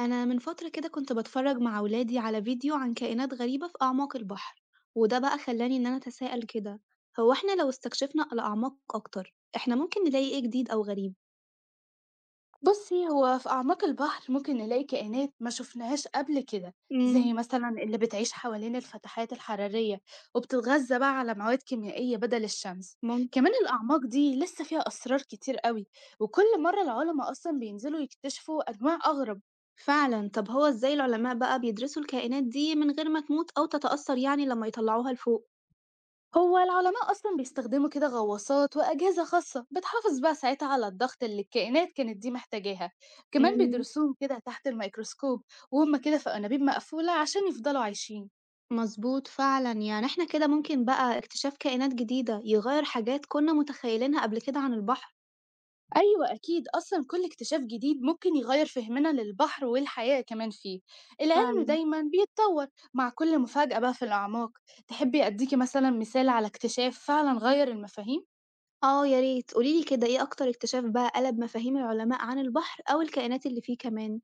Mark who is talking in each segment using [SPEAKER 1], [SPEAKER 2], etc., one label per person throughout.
[SPEAKER 1] أنا من فترة كده كنت بتفرج مع ولادي على فيديو عن كائنات غريبة في أعماق البحر، وده بقى خلاني إن أنا أتساءل كده. هو إحنا لو استكشفنا الأعماق أكتر إحنا ممكن نلاقي إيه جديد أو غريب؟
[SPEAKER 2] بُصّي، هو في أعماق البحر ممكن نلاقي كائنات ما شُفناهاش قبل كده،
[SPEAKER 1] امم.
[SPEAKER 2] زي مثلًا اللي بتعيش حوالين الفتحات الحرارية وبتتغذى بقى على مواد كيميائية بدل الشمس.
[SPEAKER 1] ممكن.
[SPEAKER 2] كمان الأعماق دي لسه فيها أسرار كتير أوي، وكل مرّة العُلَما أصلًا بينزلوا يكتشفوا أنواع أغرب.
[SPEAKER 1] فعلا. طب هو إزاي العلماء بقى بيدرسوا الكائنات دي من غير ما تموت أو تتأثر يعني لما يطلعوها لفوق؟
[SPEAKER 2] هو العُلَماء أصلًا بيستخدموا كده غواصات وأجهزة خاصة بتحافظ بقى ساعتها على الضغط اللي الكائنات كانت دي محتاجاها، كمان
[SPEAKER 1] امم.
[SPEAKER 2] بيدرسوهم كده تحت الميكروسكوب وهُم كده في أنابيب مقفولة عشان يفضلوا عايشين.
[SPEAKER 1] مظبوط فعلا، يعني إحنا كده ممكن بقى اكتشاف كائنات جديدة يغير حاجات كنا متخيلينها قبل كده عن البحر.
[SPEAKER 2] أيوة أكيد أصلا كل اكتشاف جديد ممكن يغير فهمنا للبحر والحياة كمان فيه. العلم
[SPEAKER 1] فعلا.
[SPEAKER 2] دايما بيتطور مع كل مفاجأة بقى في الأعماق. تحبي أديكي مثلا مثال على اكتشاف فعلا غير المفاهيم؟
[SPEAKER 1] آه يا ريت، قولي لي كده إيه أكتر اكتشاف بقى قلب مفاهيم العلماء عن البحر أو الكائنات اللي فيه كمان؟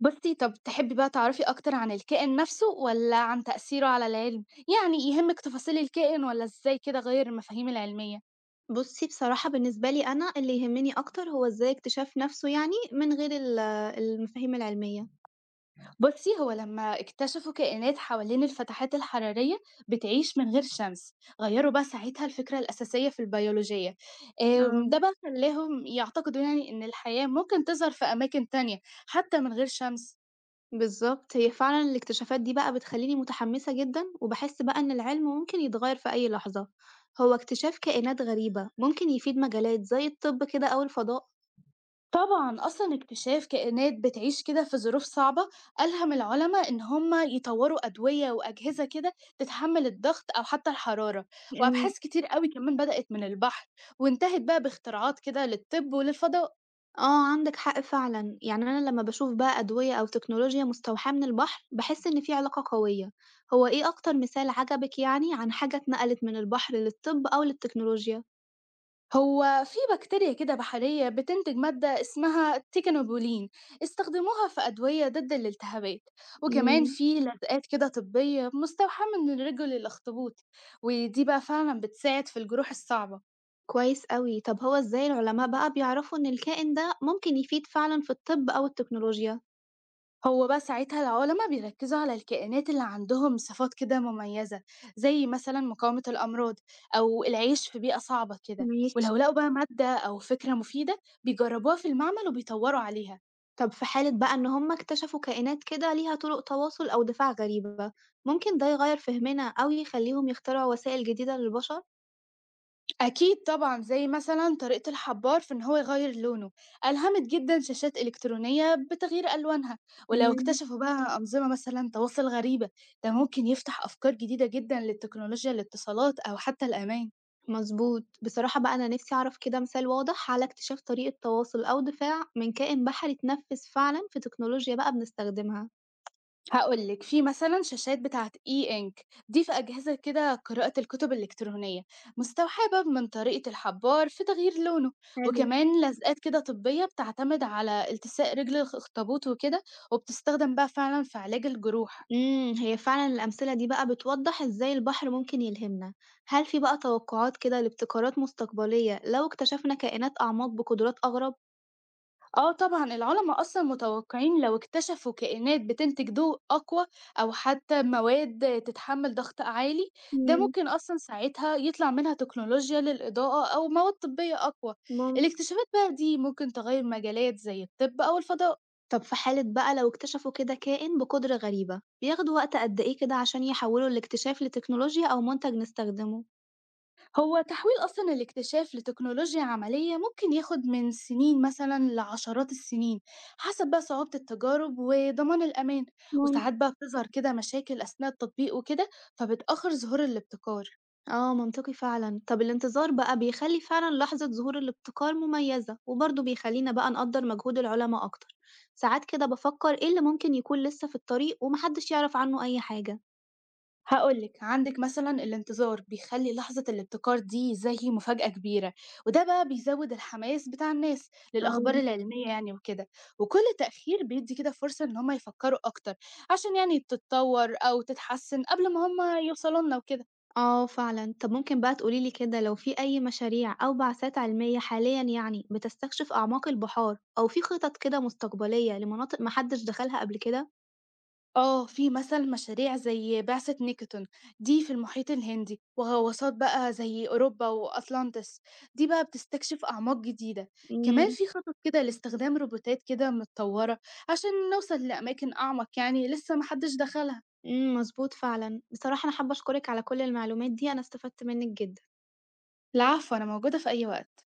[SPEAKER 2] بصي طب تحبي بقى تعرفي أكتر عن الكائن نفسه ولا عن تأثيره على العلم؟ يعني يهمك تفاصيل الكائن ولا إزاي كده غير المفاهيم العلمية؟
[SPEAKER 1] بُصّي، بصراحة بالنسبة لي أنا اللي يهمني أكتر هو إزاي اكتشاف نَفْسه، يعني من غير المفاهيم العلمية.
[SPEAKER 2] بُصّي، هو لمّا اكتشفوا كائنات حوالين الفتحات الحرارية بتعيش من غير شمس، غيّروا بقى ساعتها الفكرة الأساسية في البيولوجية،
[SPEAKER 1] آه.
[SPEAKER 2] ده بقى خلّاهم يعتقدوا يعني إن الحياة ممكن تظهر في أماكن تانية حتى من غير شمس.
[SPEAKER 1] بالضبط، هي فعلًا الاكتشافات دي بقى بتخلّيني متحمسة جدًا وباحس بقى إن العلم ممكن يتغيّر في أي لحظة. هو اكتشاف كائنات غريبة ممكن يفيد مجالات زي الطب كده أو الفضاء؟
[SPEAKER 2] طبعًا أصلًا اكتشاف كائنات بتعيش كده في ظروف صعبة، ألهم العُلما إن هم يطوّروا أدوية وأجهزة كده تتحمّل الضغط أو حتى الحرارة، وأبحاث كتير أوي كمان بدأت من البحر، وانتهت بقى باختراعات كده للطب وللفضاء.
[SPEAKER 1] آه، عندك حق فعلًا، يعني أنا لمّا باشوف بقى أدوية أو تكنولوجيا مستوحاة من البحر، باحس إن في علاقة قوية. هو إيه أكتر مثال عجبك يعني عن حاجة اتنقلت من البحر للطب أو للتكنولوجيا؟
[SPEAKER 2] هو في بكتيريا كده بحرية بتنتج مادة اسمها تيكانوبولين، استخدموها في أدوية ضد الالتهابات، وكمان
[SPEAKER 1] إمم،
[SPEAKER 2] في لزقات كده طبية مستوحاة من رجل الأخطبوط، ودي بقى فعلا بتساعد في الجروح الصعبة.
[SPEAKER 1] كويس أوي. طب هو إزاي العلماء بقى بيعرفوا إن الكائن ده ممكن يفيد فعلًا في الطب أو التكنولوجيا؟
[SPEAKER 2] هو بقى ساعتها العلماء بيركزوا على الكائنات اللي عندهم صفات كده مميزة، زي مثلا مقاومة الأمراض أو العيش في بيئة صعبة كده،
[SPEAKER 1] ماشي.
[SPEAKER 2] ولو لقوا بقى مادة أو فكرة مفيدة بيجربوها في المعمل وبيطوروا عليها.
[SPEAKER 1] طب في حالة بقى إن هم اكتشفوا كائنات كده ليها طرق تواصل أو دفاع غريبة، ممكن ده يغيّر فهمنا أو يخليهم يخترعوا وسائل جديدة للبشر؟
[SPEAKER 2] أكيد طبعًا، زي مثلًا طريقة الحبّار في إن هو يغيّر لونه، ألهمت جدًا شاشات إلكترونية بتغيير ألوانها، ولو
[SPEAKER 1] إمم.
[SPEAKER 2] اكتشفوا بقى أنظمة مثلًا تواصل غريبة، ده ممكن يفتح أفكار جديدة جدًا للتكنولوجيا الاتصالات أو حتى الأمان.
[SPEAKER 1] مضبوط. بصراحة بقى أنا نِفْسي أعرف كده مثال واضح على اكتشاف طريقة تواصل أو دفاع من كائن بحري اتنفّذ فعلًا في تكنولوجيا بقى بنستخدمها.
[SPEAKER 2] هاقول لِك، في مثلًا شاشات بتاعة E-Ink دي في أجهزة كده قراءة الكتب الإلكترونية، مستوحبة من طريقة الحبّار في تغيير لونه،
[SPEAKER 1] حلو.
[SPEAKER 2] وكمان لزقات كده طبية بتعتمد على التساء رجل الأخطبوط وكده، وبتستخدم بقى فعلًا في علاج الجروح.
[SPEAKER 1] إمم، هي فعلًا الأمثلة دي بقى بتوضّح إزاي البحر ممكن يلهمنا. هل في بقى توقعات كده لابتكارات مستقبلية لو اكتشفنا كائنات أعماق بقدرات أغرب؟
[SPEAKER 2] آه طبعًا، العُلَما أصلًا متوقعين لو اكتشفوا كائنات بتنتج ضوء أقوى أو حتى مواد تتحمل ضغط عالي، ده
[SPEAKER 1] إمم،
[SPEAKER 2] ممكن أصلًا ساعتها يطلع منها تكنولوجيا للإضاءة أو مواد طبية أقوى.
[SPEAKER 1] ممكن.
[SPEAKER 2] الاكتشافات بقى دي ممكن تغيّر مجالات زي الطب أو الفضاء.
[SPEAKER 1] طب في حالة بقى لو اكتشفوا كده كائن بقدرة غريبة، بياخدوا وقت قد إيه كده عشان يحوّلوا الاكتشاف لتكنولوجيا أو منتج نستخدمه؟
[SPEAKER 2] هو تحويل أصلا الاكتشاف لتكنولوجيا عملية ممكن ياخد من سنين مثلا لعشرات السنين، حسب بقى صعوبة التجارب وضمان الأمان،
[SPEAKER 1] ممكن.
[SPEAKER 2] وساعات بقى بتظهر كده مشاكل أثناء التطبيق وكده فبتأخر ظهور الابتكار.
[SPEAKER 1] آه منطقي فعلًا، طب الانتظار بقى بيخلّي فعلًا لحظة ظهور الابتكار مميزة، وبرضه بيخلّينا بقى نقدّر مجهود العلماء أكتر. ساعات كده بافكّر إيه اللي ممكن يكون لسه في الطريق وما حدش يعرف عنه أي حاجة؟
[SPEAKER 2] هاقول لِك، عندِك مثلًا الانتظار بيخلّي لحظة الابتكار دي زي مفاجأة كبيرة، وده بقى بيزوّد الحماس بتاع الناس للأخبار
[SPEAKER 1] آه،
[SPEAKER 2] العلمية يعني وكده، وكل تأخير بيدّي كده فرصة إن هم يفكّروا أكتر عشان يعني تتطوّر أو تتحسّن قبل ما هم يوصلوا لنا وكده.
[SPEAKER 1] آه فعلًا، طب ممكن بقى تقولي لي كده لو في أي مشاريع أو بعثات علمية حاليًا يعني بتستكشف أعماق البحار، أو في خطط كده مستقبلية لمناطق ما حدش دخلها قبل كده؟
[SPEAKER 2] آه، في مثلًا مشاريع زي بعثة نيكتون دي في المحيط الهندي، وغواصات بقى زي أوروبا وأطلانتس دي بقى بتستكشف أعماق جديدة، كمان
[SPEAKER 1] إمم،
[SPEAKER 2] في خطط كده لاستخدام روبوتات كده متطورة عشان نوصل لأماكن أعمق يعني لسه ما حدش دخلها.
[SPEAKER 1] إمم مضبوط فعلًا، بصراحة أنا حابة أشكرِك على كل المعلومات دي، أنا استفدت منِّك جدًا.
[SPEAKER 2] العفو، أنا موجودة في أي وقت.